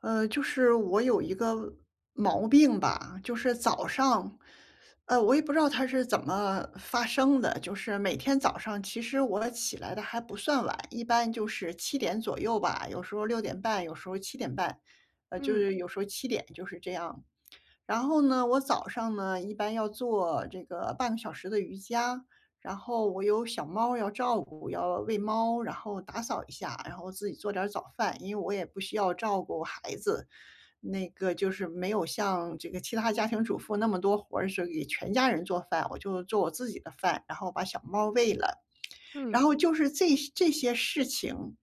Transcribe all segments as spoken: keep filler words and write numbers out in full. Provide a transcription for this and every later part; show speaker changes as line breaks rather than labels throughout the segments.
呃，就是我有一个毛病吧，就是早上，呃，我也不知道它是怎么发生的，就是每天早上其实我起来的还不算晚，一般就是七点左右吧，有时候六点半，有时候七点半，呃，就
嗯
是有时候七点，就是这样。然后呢，我早上呢，一般要做这个半个小时的瑜伽，然后我有小猫要照顾，要喂猫，然后打扫一下，然后自己做点儿早饭，因为我也不需要照顾孩子，那个就是没有像这个其他家庭主妇那么多活儿，是给全家人做饭，我就做我自己的饭，然后把小猫喂了，
嗯
然后就是这这些事情，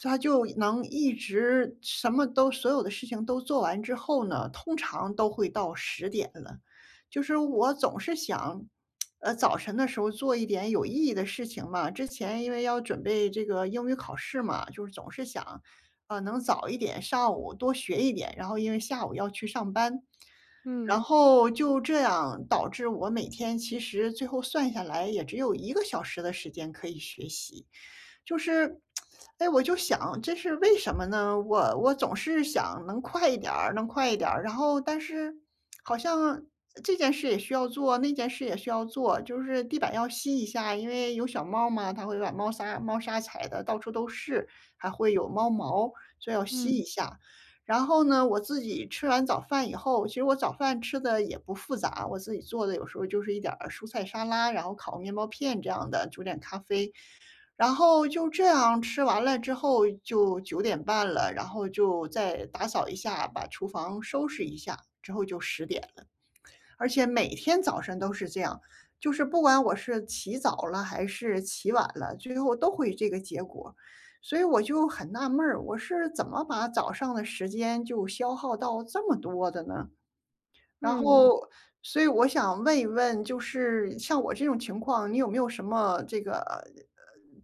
他就能一直什么都所有的事情都做完之后呢，通常都会到十点了。就是我总是想，呃，早晨的时候做一点有意义的事情嘛，之前因为要准备这个英语考试嘛，就是总是想，呃，能早一点，上午多学一点，然后因为下午要去上班。然
嗯
后就这样导致我每天其实最后算下来也只有一个小时的时间可以学习。就是，哎，我就想这是为什么呢？我我总是想能快一点儿，能快一点儿，然后但是好像这件事也需要做，那件事也需要做，就是地板要吸一下，因为有小猫嘛，它会把猫砂猫砂踩的到处都是，还会有猫毛，所以要吸一
嗯
下。然后呢，我自己吃完早饭以后，其实我早饭吃的也不复杂，我自己做的有时候就是一点儿蔬菜沙拉，然后烤面包片这样的，煮点咖啡。然后就这样吃完了之后就九点半了，然后就再打扫一下，把厨房收拾一下，之后就十点了。而且每天早晨都是这样，就是不管我是起早了还是起晚了，最后都会这个结果。所以我就很纳闷儿，我是怎么把早上的时间就消耗到这么多的呢？然
嗯
后，所以我想问一问，就是像我这种情况，你有没有什么这个呃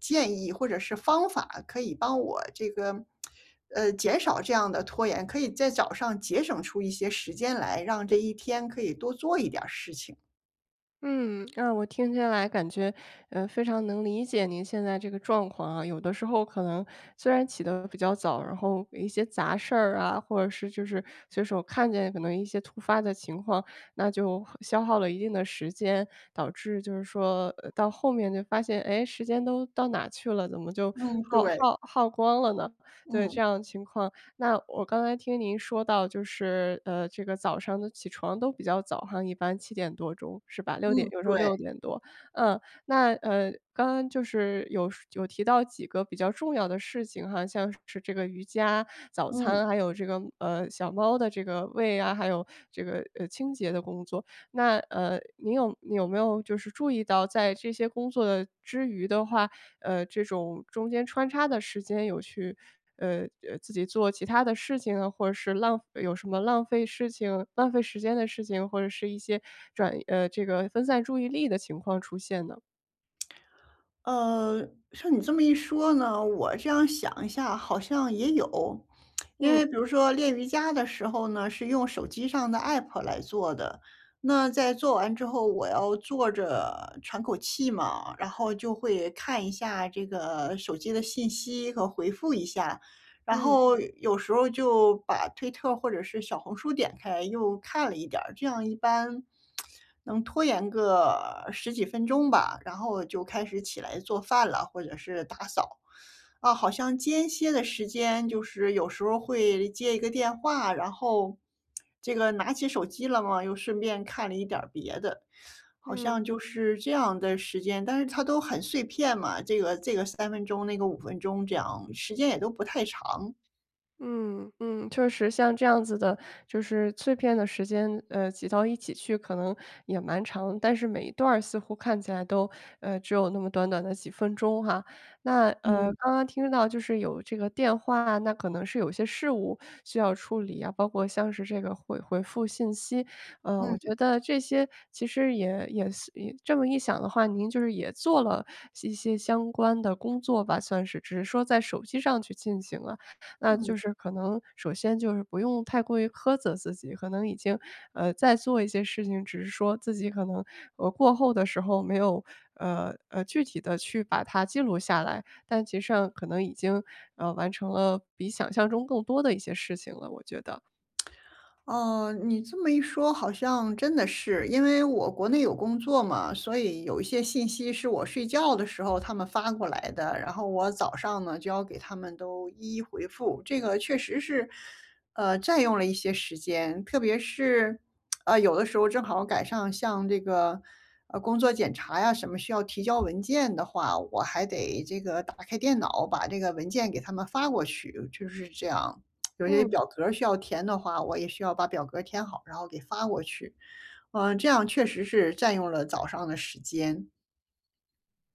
建议或者是方法，可以帮我这个呃减少这样的拖延，可以在早上节省出一些时间来，让这一天可以多做一点儿事情？
嗯，啊，我听下来感觉，呃，非常能理解您现在这个状况啊。有的时候可能虽然起得比较早，然后一些杂事儿啊，或者是就是随手看见可能一些突发的情况，那就消耗了一定的时间，导致就是说，呃到后面就发现，哎，时间都到哪去了？怎么就
嗯，
耗
对，
耗耗光了呢？对，
嗯
这样的情况那我刚才听您说到，就是呃，这个早上的起床都比较早哈，一般七点多钟是吧？六点，
嗯，
有时候
对，
六点多。嗯，那呃，刚刚就是有有提到几个比较重要的事情哈，像是这个瑜伽、早
嗯。
餐，还有这个呃小猫的这个喂啊，还有这个呃清洁的工作。那呃，您有你有没有就是注意到，在这些工作的之余的话，呃，这种中间穿插的时间有去，呃呃，自己做其他的事情啊，或者是浪有什么浪费事情、浪费时间的事情，或者是一些转呃这个分散注意力的情况出现呢？
呃，像你这么一说呢，我这样想一下，好像也有。因为
嗯
比如说练瑜伽的时候呢，是用手机上的 app 来做的。那在做完之后，我要坐着喘口气嘛，然后就会看一下这个手机的信息和回复一下，然
嗯
后有时候就把推特或者是小红书点开，又看了一点儿这样一般能拖延个十几分钟吧，然后就开始起来做饭了，或者是打扫。啊，好像间歇的时间就是有时候会接一个电话，然后这个拿起手机了嘛，又顺便看了一点儿别的，好
嗯。
像就是这样的时间，但是它都很碎片嘛，这个这个三分钟，那个五分钟这样，时间也都不太长。
嗯嗯，确实像这样子的，就是碎片的时间，呃，挤到一起去可能也蛮长，但是每一段儿似乎看起来都，呃，只有那么短短的几分钟哈。那呃，
嗯。
刚刚听到就是有这个电话，那可能是有些事务需要处理啊，包括像是这个回回复信息，呃，我
嗯，
觉得这些其实也也是也这么一想的话，您就是也做了一些相关的工作吧，算是，只是说在手机上去进行了。那
嗯。
就是可能首先就是不用太过于苛责自己，可能已经，呃，在做一些事情，只是说自己可能，呃，过后的时候没有，呃，呃，具体的去把它记录下来，但其实上可能已经，呃，完成了比想象中更多的一些事情了，我觉得。
哦，你这么一说，好像真的是，因为我国内有工作嘛，所以有一些信息是我睡觉的时候他们发过来的，然后我早上呢就要给他们都一一回复。这个确实是，呃，占用了一些时间，特别是，呃，有的时候正好赶上像这个，呃，工作检查呀什么需要提交文件的话，我还得这个打开电脑把这个文件给他们发过去，就是这样。有些
嗯。
表格儿需要填的话，我也需要把表格儿填好，然后给发过去。嗯，这样确实是占用了早上的时间。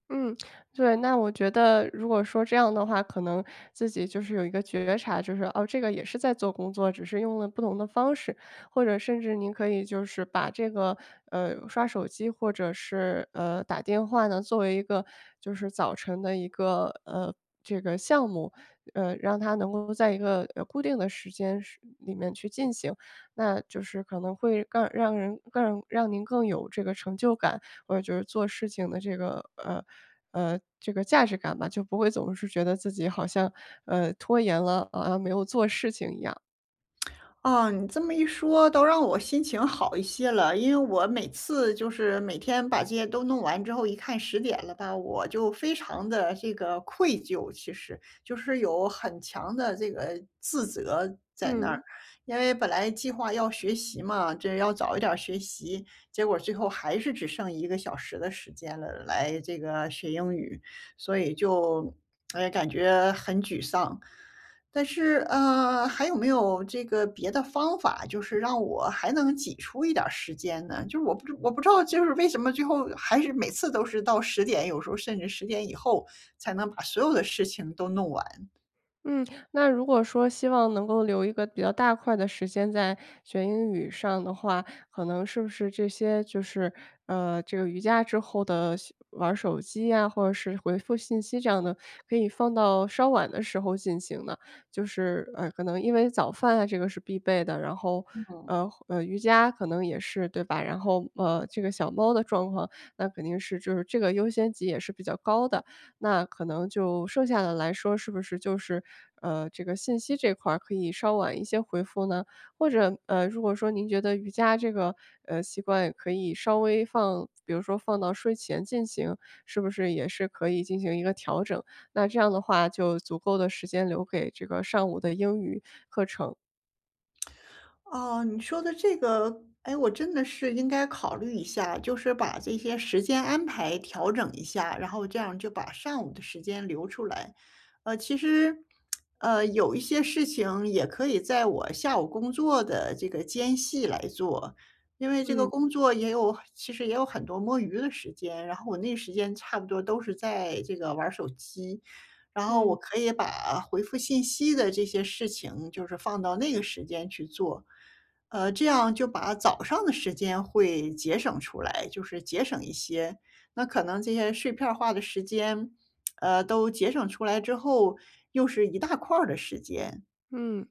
嗯，对，那我觉得如果说这样的话，可能自己就是有一个觉察，就是哦，这个也是在做工作，只是用了不同的方式，或者甚至您可以就是把这个呃刷手机或者是呃打电话呢，作为一个就是早晨的一个呃这个项目，呃，让它能够在一个呃固定的时间是里面去进行，那就是可能会更让人更让您更有这个成就感。或者就是做事情的这个呃呃这个价值感吧，就不会总是觉得自己好像呃拖延了好像没有做事情一样。
哦，你这么一说，倒让我心情好一些了。因为我每次就是每天把这些都弄完之后，一看十点了吧，我就非常的这个愧疚，其实就是有很强的这个自责在那
嗯。
儿。因为本来计划要学习嘛，这要早一点儿学习，结果最后还是只剩一个小时的时间了，来这个学英语，所以就哎感觉很沮丧。但是，呃，还有没有这个别的方法，就是让我还能挤出一点儿时间呢？就是我不知我不知道，就是为什么最后还是每次都是到十点，有时候甚至十点以后才能把所有的事情都弄完。
嗯，那如果说希望能够留一个比较大块的时间在学英语上的话，可能是不是这些就是，呃，这个瑜伽之后的西玩儿手机呀，或者是回复信息这样的，可以放到稍晚的时候进行呢？就是，呃，可能因为早饭啊，这个是必备的，然后，
嗯嗯。
呃呃，瑜伽可能也是，对吧？然后，呃，这个小猫的状况，那肯定是就是这个优先级也是比较高的。那可能就剩下的来说，是不是就是，呃，这个信息这块儿可以稍晚一些回复呢？或者，呃，如果说您觉得瑜伽这个，呃，习惯也可以稍微放比如说放到睡前进行，是不是也是可以进行一个调整？那这样的话就足够的时间留给这个上午的英语课程。
哦，你说的这个，哎，我真的是应该考虑一下，就是把这些时间安排调整一下，然后这样就把上午的时间留出来。呃，其实，呃，有一些事情也可以在我下午工作的这个间隙来做，因为这个
嗯。
工作也有，其实也有很多摸鱼的时间，然后我那时间差不多都是在这个玩儿手机。然后我
嗯
可以把回复信息的这些事情，就是放到那个时间去做，呃，这样就把早上的时间会节省出来，就是节省一些。那可能这些碎片儿化的时间，呃，都节省出来之后，又是一大块儿的时间。
嗯。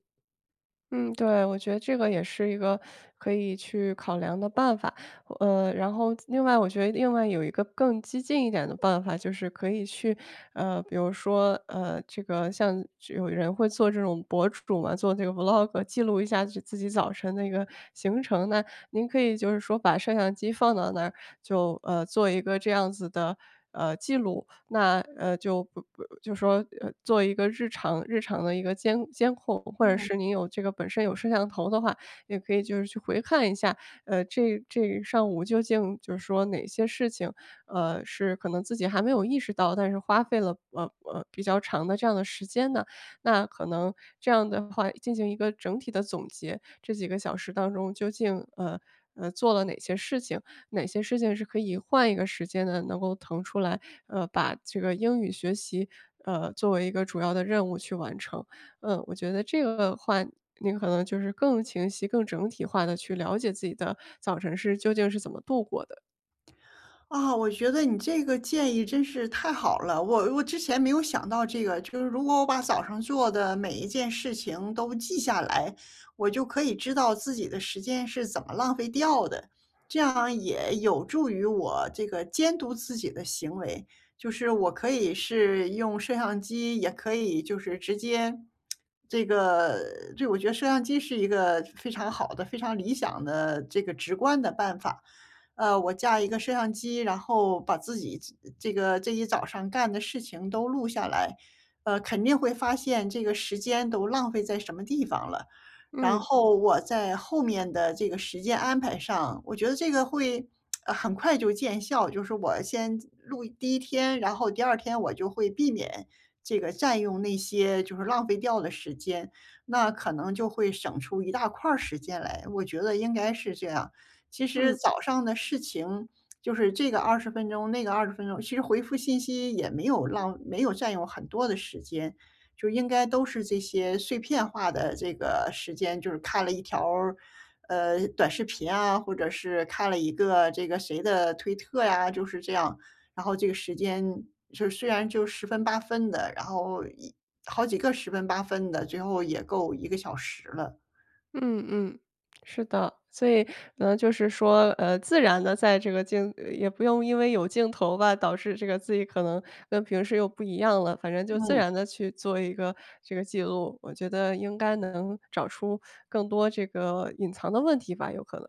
嗯，对，我觉得这个也是一个可以去考量的办法。呃，然后另外我觉得另外有一个更激进一点的办法，就是可以去，呃，比如说，呃，这个像有人会做这种博主嘛，做这个 vlog,记录一下自自己早晨的一个行程。那您可以就是说把摄像机放到那儿，就，呃，做一个这样子的，呃，记录。那，呃，就不不就说，呃，做一个日常日常的一个监监控，或者是
嗯。
您有这个本身有摄像头的话，也可以就是去回看一下，呃，这这上午究竟就是说哪些事情，呃，是可能自己还没有意识到，但是花费了呃呃比较长的这样的时间呢？那可能这样的话进行一个整体的总结，这几个小时当中究竟呃呃做了哪些事情，哪些事情是可以换一个时间呢，能够腾出来，呃，把这个英语学习呃作为一个主要的任务去完成。嗯，我觉得这个话，你可能就是更清晰、更整体化的去了解自己的早晨是究竟是怎么度过的。
啊，我觉得你这个建议真是太好了，我我之前没有想到这个，就是如果我把早上做的每一件事情都记下来，我就可以知道自己的时间是怎么浪费掉的，这样也有助于我这个监督自己的行为，就是我可以是用摄像机，也可以就是直接这个，对，我觉得摄像机是一个非常好的、非常理想的这个直观的办法。呃，我架一个摄像机，然后把自己这个这一早上干的事情都录下来，呃，肯定会发现这个时间都浪费在什么地方了。然
嗯，
后我在后面的这个时间安排上，我觉得这个会呃很快就见效，就是我先录第一天，然后第二天我就会避免这个占用那些就是浪费掉的时间，那可能就会省出一大块儿时间来。我觉得应该是这样。其实
嗯，
早上的事情，就是这个二十分钟，那个二十分钟，其实回复信息也没有浪没有占用很多的时间，就应该都是这些碎片化的这个时间，就是看了一条儿呃，短视频啊，或者是看了一个这个谁的推特呀，就是这样。然后这个时间就是虽然就十分八分的，然后一好几个十分八分的，最后也够一个小时了，
嗯嗯，是的。所以可能就是说，呃，自然的在这个镜呃也不用因为有镜头吧，导致这个自己可能跟平时又不一样了，反正就自
嗯。
然的去做一个这个记录，我觉得应该能找出更多这个隐藏的问题吧，有可能。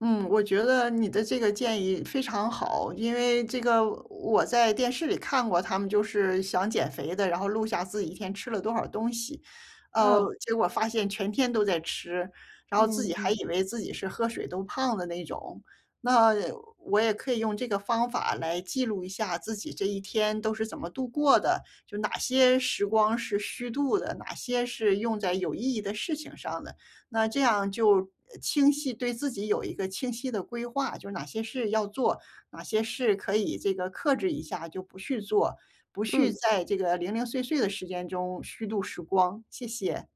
嗯，我觉得你的这个建议非常好，因为这个我在电视里看过，他们就是想减肥的，然后录下自己一天吃了多少东西，呃，
啊，
结果发现全天都在吃，然后自
嗯
己还
嗯，
以为自己是喝水都胖的那种。那我也可以用这个方法来记录一下自己这一天都是怎么度过的，就哪些时光是虚度的，哪些是用在有意义的事情上的。那这样就清晰对自己有一个清晰的规划，就是哪些事要做，哪些事可以这个克制一下就不去做，不去
嗯。
在这个零零碎碎的时间中虚度时光。谢谢。